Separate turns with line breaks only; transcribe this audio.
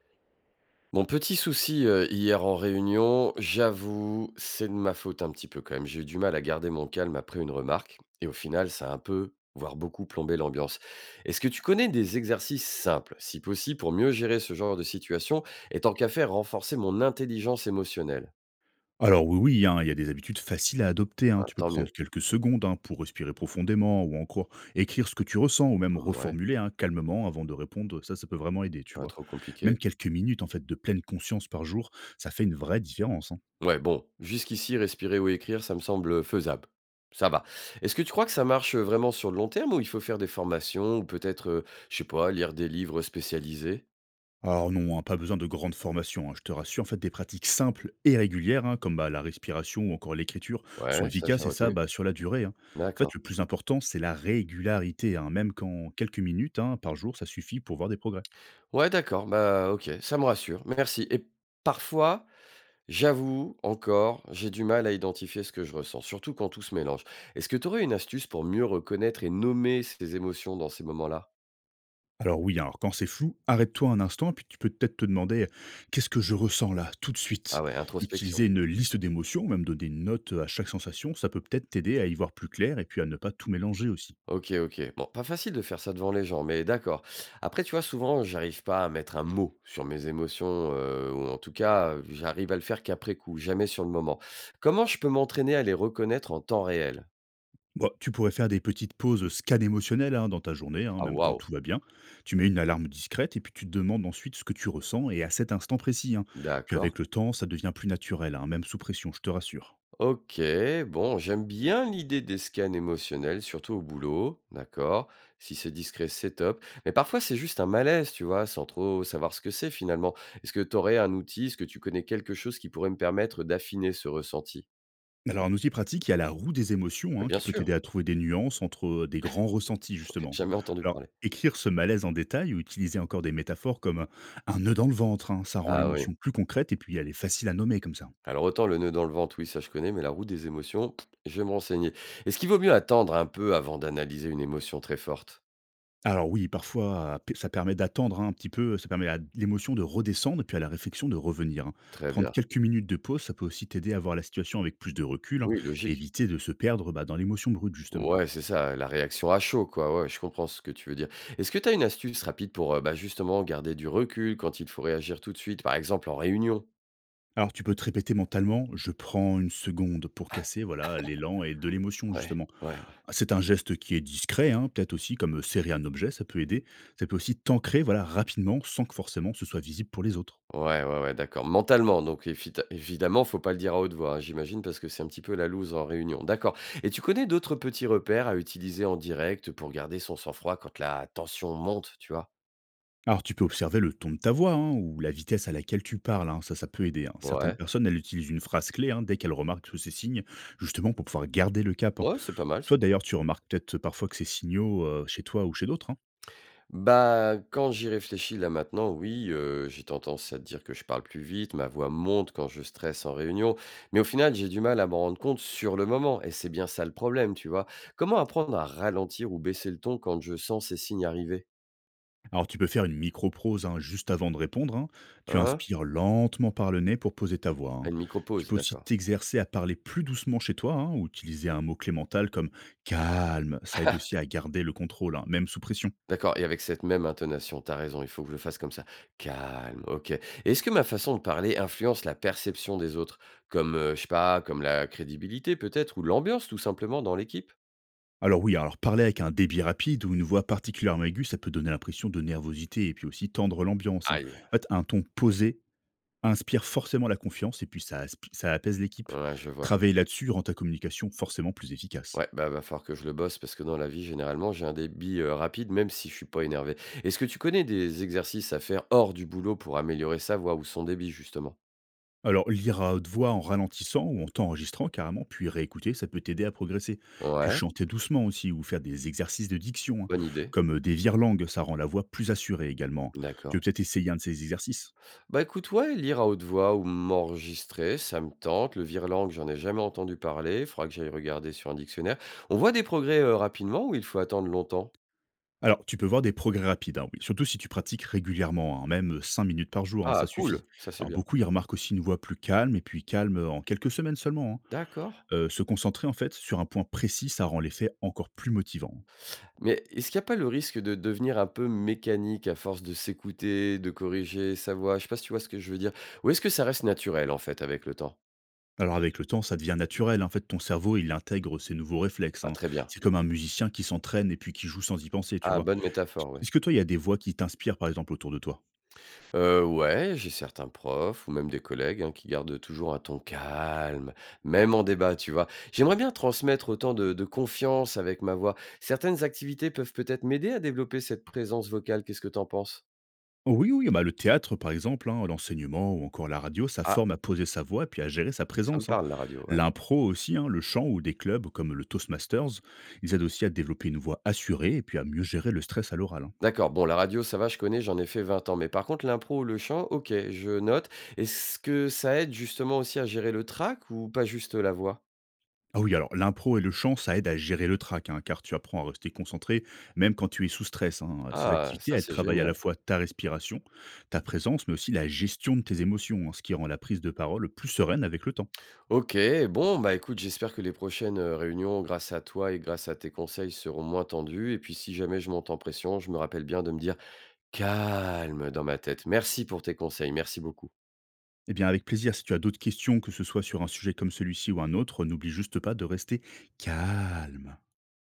Mon petit souci, hier en réunion, j'avoue, c'est de ma faute un petit peu quand même. J'ai eu du mal à garder mon calme après une remarque et au final, ça a un peu, voire beaucoup plombé l'ambiance. Est-ce que tu connais des exercices simples, si possible, pour mieux gérer ce genre de situation et tant qu'à faire, renforcer mon intelligence émotionnelle?
Alors oui, oui, hein, il y a des habitudes faciles à adopter. Hein.
Bah,
Tu peux
tant
prendre
mieux.
quelques secondes, hein, pour respirer profondément ou encore écrire ce que tu ressens ou même
Ouais,
reformuler, hein, calmement avant de répondre. Ça peut vraiment aider, tu
pas
vois.
trop compliqué.
Même quelques minutes en fait de pleine conscience par jour, ça fait une vraie différence. Hein.
Ouais, bon, jusqu'ici, respirer ou écrire, ça me semble faisable. Ça va. Est-ce que tu crois que ça marche vraiment sur le long terme ou il faut faire des formations ou peut-être, je sais pas, lire des livres spécialisés?
Alors non, hein, pas besoin de grandes formations, hein, je te rassure. En fait, des pratiques simples et régulières, hein, comme bah, la respiration ou encore l'écriture, sont
Ouais, ça j'ai
efficaces et ça,
retenu.
bah, sur la durée. Hein. En
D'accord.
fait, le plus important, c'est la régularité. Hein, même quand quelques minutes, hein, par jour, ça suffit pour voir des progrès.
Ouais, d'accord. Bah, ok, ça me rassure. Merci. Et parfois, j'avoue encore, j'ai du mal à identifier ce que je ressens, surtout quand tout se mélange. Est-ce que tu aurais une astuce pour mieux reconnaître et nommer ces émotions dans ces moments-là?
Alors oui, alors quand c'est flou, arrête-toi un instant, puis tu peux peut-être te demander, qu'est-ce que je ressens là, tout de
Ah
suite.
ouais,
Utiliser
introspection.
une liste d'émotions, même donner une note à chaque sensation, ça peut peut-être t'aider à y voir plus clair et puis à ne pas tout mélanger aussi.
OK, OK. Bon, pas facile de faire ça devant les gens, mais d'accord. Après, tu vois, souvent, j'arrive pas à mettre un mot sur mes émotions, ou en tout cas, j'arrive à le faire qu'après coup, jamais sur le moment. Comment je peux m'entraîner à les reconnaître en temps réel?
Bon, tu pourrais faire des petites pauses scan émotionnelles, hein, dans ta journée, hein,
Ah
même quand
waouh!
tout va bien. Tu mets une alarme discrète et puis tu te demandes ensuite ce que tu ressens et à cet instant précis. Hein. Puis
D'accord.
avec le temps, ça devient plus naturel, hein, même sous pression, je te rassure.
OK, bon, j'aime bien l'idée des scans émotionnels, surtout au boulot, d'accord. Si c'est discret, c'est top. Mais parfois, c'est juste un malaise, tu vois, sans trop savoir ce que c'est finalement. Est-ce que tu aurais un outil? Est-ce que tu connais quelque chose qui pourrait me permettre d'affiner ce ressenti?
Alors, un outil pratique, il y a la roue des émotions,
Mais
hein,
bien
qui peut
sûr,
t'aider à trouver des nuances entre, des grands ressentis, justement.
jamais entendu
Alors,
parler.
écrire ce malaise en détail ou utiliser encore des métaphores comme, un nœud dans le ventre, hein, ça rend
Ah oui.
l'émotion plus concrète et puis elle est facile à nommer comme ça.
Alors autant le nœud dans le ventre, oui, ça je connais, mais la roue des émotions, pff, je vais me renseigner. Est-ce qu'il vaut mieux attendre un peu avant d'analyser une émotion très forte?
Alors oui, parfois, ça permet d'attendre, hein, un petit peu, ça permet à l'émotion de redescendre et puis à la réflexion de revenir. Hein.
Très
Prendre
bien.
quelques minutes de pause, ça peut aussi t'aider à voir la situation avec plus de recul, hein,
Oui,
et
logique.
éviter de se perdre bah, dans l'émotion brute, justement.
Ouais, c'est ça, la réaction à chaud, quoi. Ouais, je comprends ce que tu veux dire. Est-ce que tu as une astuce rapide pour, bah, justement garder du recul quand il faut réagir tout de suite, par exemple en réunion?
Alors, tu peux te répéter mentalement: «Je prends une seconde pour casser», voilà, l'élan et de l'émotion,
Ouais,
justement.
ouais, ouais.
Ah, c'est un geste qui est discret, hein, peut-être aussi comme, serrer un objet, ça peut aider. Ça peut aussi t'ancrer, voilà, rapidement, sans que forcément ce soit visible pour les autres.
Ouais, ouais, ouais, d'accord. Mentalement, donc évidemment, faut pas le dire à haute voix, hein, j'imagine, parce que c'est un petit peu la loose en réunion. D'accord. Et tu connais d'autres petits repères à utiliser en direct pour garder son sang-froid quand la tension monte, tu vois?
Alors, tu peux observer le ton de ta voix, hein, ou la vitesse à laquelle tu parles, hein, ça peut aider, hein. Certaines
Ouais.
personnes, elles utilisent une phrase clé, hein, dès qu'elles remarquent tous ces signes, justement pour pouvoir garder le cap, hein.
Ouais, c'est pas mal ça.
Toi, d'ailleurs, tu remarques peut-être, parfois que ces signaux, chez toi ou chez d'autres, hein?
Bah, quand j'y réfléchis là maintenant, oui, j'ai tendance à te dire que je parle plus vite, ma voix monte quand je stresse en réunion, mais au final, j'ai du mal à m'en rendre compte sur le moment et c'est bien ça le problème, tu vois? Comment apprendre à ralentir ou baisser le ton quand je sens ces signes arriver?
Alors tu peux faire une microprose, hein, juste avant de répondre. Hein. Tu
Hein?
inspires lentement par le nez pour poser ta voix. Hein.
Ah, une
Tu
micro-pause,
peux aussi
d'accord.
t'exercer à parler plus doucement chez toi, hein, ou utiliser un mot clémental comme calme. Ça aide aussi à garder le contrôle, hein, même sous pression.
D'accord et avec cette même intonation, t'as raison, il faut que je le fasse comme ça. Calme, OK. Est-ce que ma façon de parler influence la perception des autres? Comme, je sais pas, comme la crédibilité peut-être ou l'ambiance tout simplement dans l'équipe?
Alors oui, alors parler avec un débit rapide ou une voix particulièrement aiguë, ça peut donner l'impression de nervosité et puis aussi tendre l'ambiance. Hein.
Aïe,
En fait, un ton posé inspire forcément la confiance et puis ça, ça apaise l'équipe.
ouais, je vois.
Travailler là-dessus rend ta communication forcément plus efficace.
Ouais, bah, va falloir que je le bosse parce que dans la vie, généralement, j'ai un débit, rapide même si je suis pas énervé. Est-ce que tu connais des exercices à faire hors du boulot pour améliorer sa voix ou son débit justement?
Alors, lire à haute voix en ralentissant ou en t'enregistrant carrément, puis réécouter, ça peut t'aider à progresser. Puis
Ouais,
chanter doucement aussi, ou faire des exercices de diction, hein,
bonne idée,
comme des virelangues, ça rend la voix plus assurée également. Tu veux
d'accord.
peut-être essayer un de ces exercices.
Bah écoute, ouais, lire à haute voix ou m'enregistrer, ça me tente. Le virlang, j'en ai jamais entendu parler. Il faudra que j'aille regarder sur un dictionnaire. On voit des progrès rapidement ou il faut attendre longtemps?
Alors, tu peux voir des progrès rapides, hein, oui. Surtout si tu pratiques régulièrement, hein, même 5 minutes par jour, hein, ça
Ah,
suffit.
cool, ça c'est
Alors,
bien.
beaucoup y remarquent aussi une voix plus calme, et puis calme, en quelques semaines seulement. Hein.
D'accord.
Se concentrer en fait sur un point précis, ça rend l'effet encore plus motivant.
Mais est-ce qu'il n'y a pas le risque de devenir un peu mécanique à force de s'écouter, de corriger sa voix? Je sais pas si tu vois ce que je veux dire. Ou est-ce que ça reste naturel en fait avec le temps?
Alors avec le temps, ça devient naturel. En fait, ton cerveau, il intègre ces nouveaux réflexes.
Ah,
Hein.
très bien.
C'est comme un musicien qui s'entraîne et puis qui joue sans y penser, tu
Ah,
vois.
bonne métaphore, ouais.
Est-ce que toi, il y a des voix qui t'inspirent, par exemple, autour de toi?
Ouais, j'ai certains profs ou même des collègues, hein, qui gardent toujours un ton calme, même en débat, tu vois? J'aimerais bien transmettre autant de confiance avec ma voix. Certaines activités peuvent peut-être m'aider à développer cette présence vocale, qu'est-ce que t'en penses?
Oui, oui, bah, le théâtre, par exemple, hein, l'enseignement ou encore la radio, ça
Ah,
forme à poser sa voix et puis à gérer sa
ça me
présence. Hein.
parle la radio, ouais.
L'impro aussi, hein, le chant ou des clubs comme le Toastmasters, ils aident aussi à développer une voix assurée et puis à mieux gérer le stress à l'oral. Hein.
D'accord, bon la radio ça va, je connais, j'en ai fait 20 ans, mais par contre l'impro ou le chant, OK, je note. Est-ce que ça aide justement aussi à gérer le trac ou pas juste la voix?
Ah oui, alors l'impro et le chant, ça aide à gérer le trac, hein, car tu apprends à rester concentré, même quand tu es sous stress. Hein. Ces
Ah,
activités,
ça
elles
c'est
travaillent à la
génial.
fois ta respiration, ta présence, mais aussi la gestion de tes émotions, hein, ce qui rend la prise de parole plus sereine avec le temps.
OK, bon, bah, écoute, j'espère que les prochaines, réunions grâce à toi et grâce à tes conseils seront moins tendues et puis si jamais je monte en pression, je me rappelle bien de me dire: «Calme» dans ma tête. Merci pour tes conseils, merci beaucoup.
Eh bien, avec plaisir, si tu as d'autres questions, que ce soit sur un sujet comme celui-ci ou un autre, n'oublie juste pas de rester calme.